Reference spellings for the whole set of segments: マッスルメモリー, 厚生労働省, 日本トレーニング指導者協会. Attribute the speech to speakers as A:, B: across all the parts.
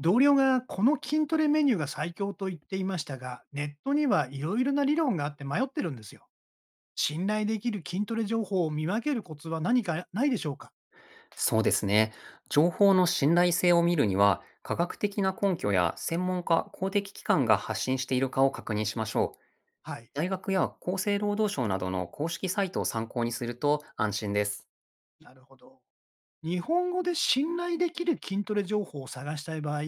A: 同僚がこの筋トレメニューが最強と言っていましたが、ネットにはいろいろな理論があって迷ってるんですよ。信頼できる筋トレ情報を見分けるコツは何かないでしょうか？
B: そうですね。情報の信頼性を見るには、科学的な根拠や専門家、公的機関が発信しているかを確認しましょう。
A: はい。
B: 大学や厚生労働省などの公式サイトを参考にすると安心です。
A: なるほど。日本語で信頼できる筋トレ情報を探したい場合、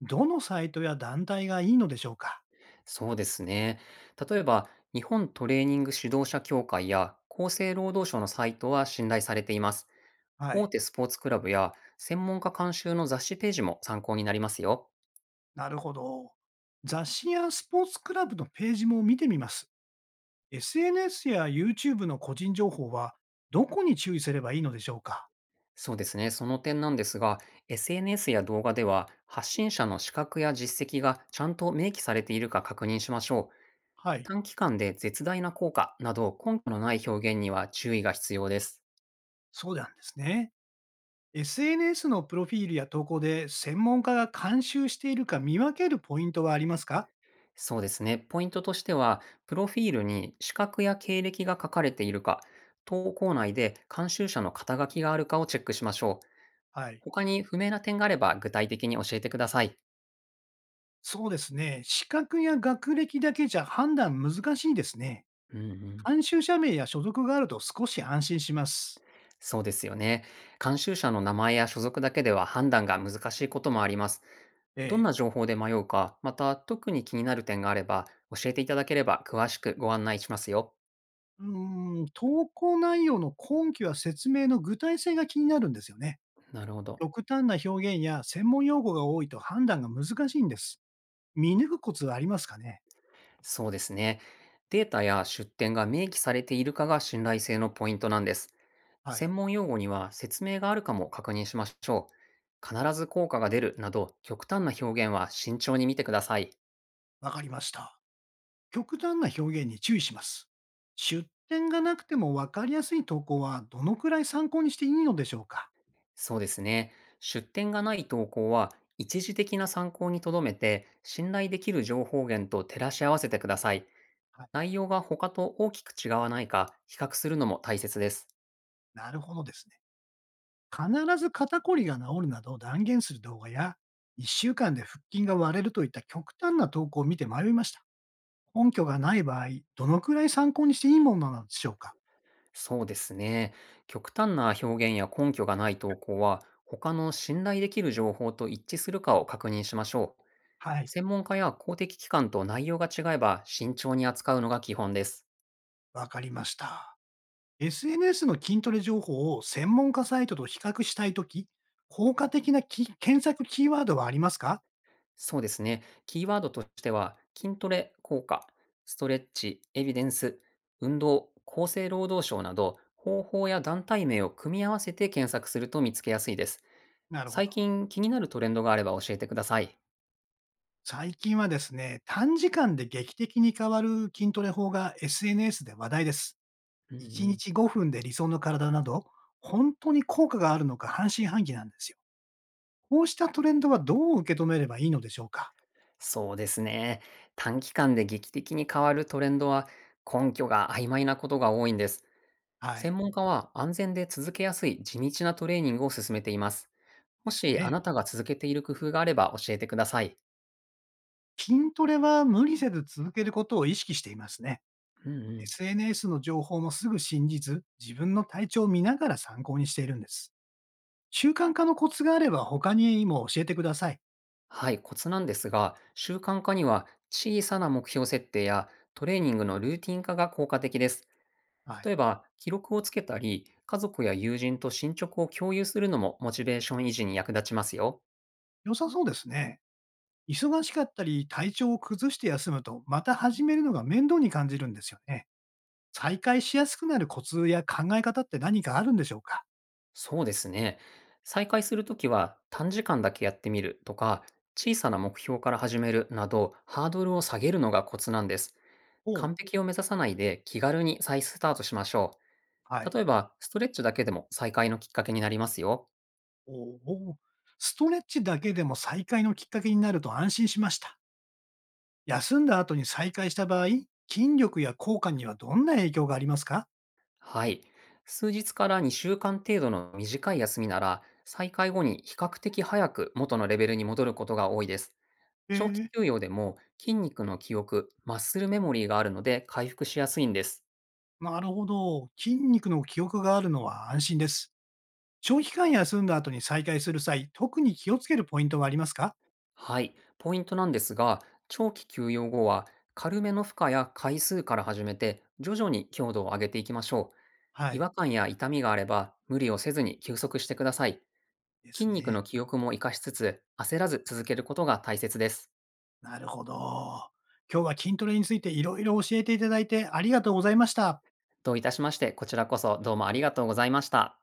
A: どのサイトや団体がいいのでしょうか？
B: そうですね。例えば、日本トレーニング指導者協会や厚生労働省のサイトは信頼されています。
A: は
B: 大
A: い。
B: 手スポーツクラブや専門家監修の雑誌ページも参考になりますよ。
A: なるほど。雑誌やスポーツクラブのページも見てみます。SNS や YouTube の個人情報はどこに注意すればいいのでしょうか？
B: そうですね。その点なんですが、SNS や動画では発信者の資格や実績がちゃんと明記されているか確認しましょう。
A: はい。
B: 短期間で絶大な効果など根拠のない表現には注意が必要です。
A: そうなんですね。SNS のプロフィールや投稿で専門家が監修しているか見分けるポイントはありますか？
B: そうですね。ポイントとしては、プロフィールに資格や経歴が書かれているか、投稿内で監修者の肩書きがあるかをチェックしましょう。
A: はい。
B: 他に不明な点があれば具体的に教えてください。
A: そうですね。資格や学歴だけじゃ判断難しいですね。
B: うんうん。
A: 監修者名や所属があると少し安心します。
B: そうですよね。監修者の名前や所属だけでは判断が難しいこともあります。
A: え
B: どん
A: え。
B: な情報で迷うか、また特に気になる点があれば、教えていただければ詳しくご案内しますよ。
A: うーん、投稿内容の根拠や説明の具体性が気になるんですよね。
B: なるほど。
A: 極端な表現や専門用語が多いと判断が難しいんです。見抜くコツはありますかね？
B: そうですね。データや出典が明記されているかが信頼性のポイントなんです。
A: はい、
B: 専門用語には説明があるかも確認しましょう。必ず効果が出るなど極端な表現は慎重に見てください。
A: わかりました。極端な表現に注意します。出典がなくても分かりやすい投稿はどのくらい参考にしていいのでしょうか？
B: そうですね。出典がない投稿は、一時的な参考にとどめて、信頼できる情報源と照らし合わせてください。
A: はい。
B: 内容が他と大きく違わないか、比較するのも大切です。
A: なるほどですね。必ず肩こりが治るなどを断言する動画や、1週間で腹筋が割れるといった極端な投稿を見て迷いました。根拠がない場合、どのくらい参考にしていいものなのでしょうか？
B: そうですね。極端な表現や根拠がない投稿は、他の信頼できる情報と一致するかを確認しましょう。
A: はい。
B: 専門家や公的機関と内容が違えば、慎重に扱うのが基本です。
A: わかりました。SNS の筋トレ情報を専門家サイトと比較したいとき、効果的な検索キーワードはありますか？
B: そうですね。キーワードとしては、筋トレ効果、ストレッチ、エビデンス、運動、厚生労働省など、方法や団体名を組み合わせて検索すると見つけやすいです。
A: なるほ
B: 最
A: ど。
B: 近気になるトレンドがあれば教えてください。
A: 最近はですね、短時間で劇的に変わる筋トレ法が SNS で話題です。
B: うんう
A: 1
B: ん、
A: 日5分で理想の体など、本当に効果があるのか半信半疑なんですよ。こうしたトレンドはどう受け止めればいいのでしょうか？
B: そうですね。短期間で劇的に変わるトレンドは、根拠が曖昧なことが多いんです。
A: は
B: 専
A: い。
B: 門家は安全で続けやすい地道なトレーニングを勧めています。も
A: です
B: しあ
A: ね。
B: なたが続けている工夫があれば教えてください。
A: 筋トレは無理せず続けることを意識していますね。
B: うんうん。
A: SNS の情報もすぐ信じず、自分の体調を見ながら参考にしているんです。習慣化のコツがあれば他にも教えてください。
B: はい、コツなんですが、習慣化には小さな目標設定やトレーニングのルーティン化が効果的です。
A: は
B: 例
A: い。
B: えば、記録をつけたり、家族や友人と進捗を共有するのもモチベーション維持に役立ちますよ。
A: 良さそうですね。忙しかったり、体調を崩して休むと、また始めるのが面倒に感じるんですよね。再開しやすくなるコツや考え方って何かあるんでしょうか？
B: そうですね。再開するときは短時間だけやってみるとか、小さな目標から始めるなど、ハードルを下げるのがコツなんです。
A: おう。
B: 完璧を目指さないで気軽に再スタートしましょ
A: は
B: う。
A: い。
B: 例えば、ストレッチだけでも再開のきっかけになりますよ。
A: おうおう。ストレッチだけでも再開のきっかけになると安心しました。休んだ後に再開した場合、筋力や効果にはどんな影響がありますか？
B: はい。数日から2週間程度の短い休みなら、再開後に比較的早く元のレベルに戻ることが多いです。長期
A: ええ。
B: 休養でも筋肉の記憶、マッスルメモリーがあるので回復しやすいんです。
A: なるほど。筋肉の記憶があるのは安心です。長期間休んだ後に再開する際、特に気をつけるポイントはありますか？
B: はい。ポイントなんですが、長期休養後は、軽めの負荷や回数から始めて、徐々に強度を上げていきましょう。
A: は
B: 違
A: い。
B: 和感や痛みがあれば、無理をせずに休息してください。
A: で
B: 筋
A: す
B: 肉
A: ね。
B: の記憶も活かしつつ、焦らず続けることが大切です。
A: なるほど。今日は筋トレについていろいろ教えていただいてありがとうございました。
B: どういたしまして、こちらこそどうもありがとうございました。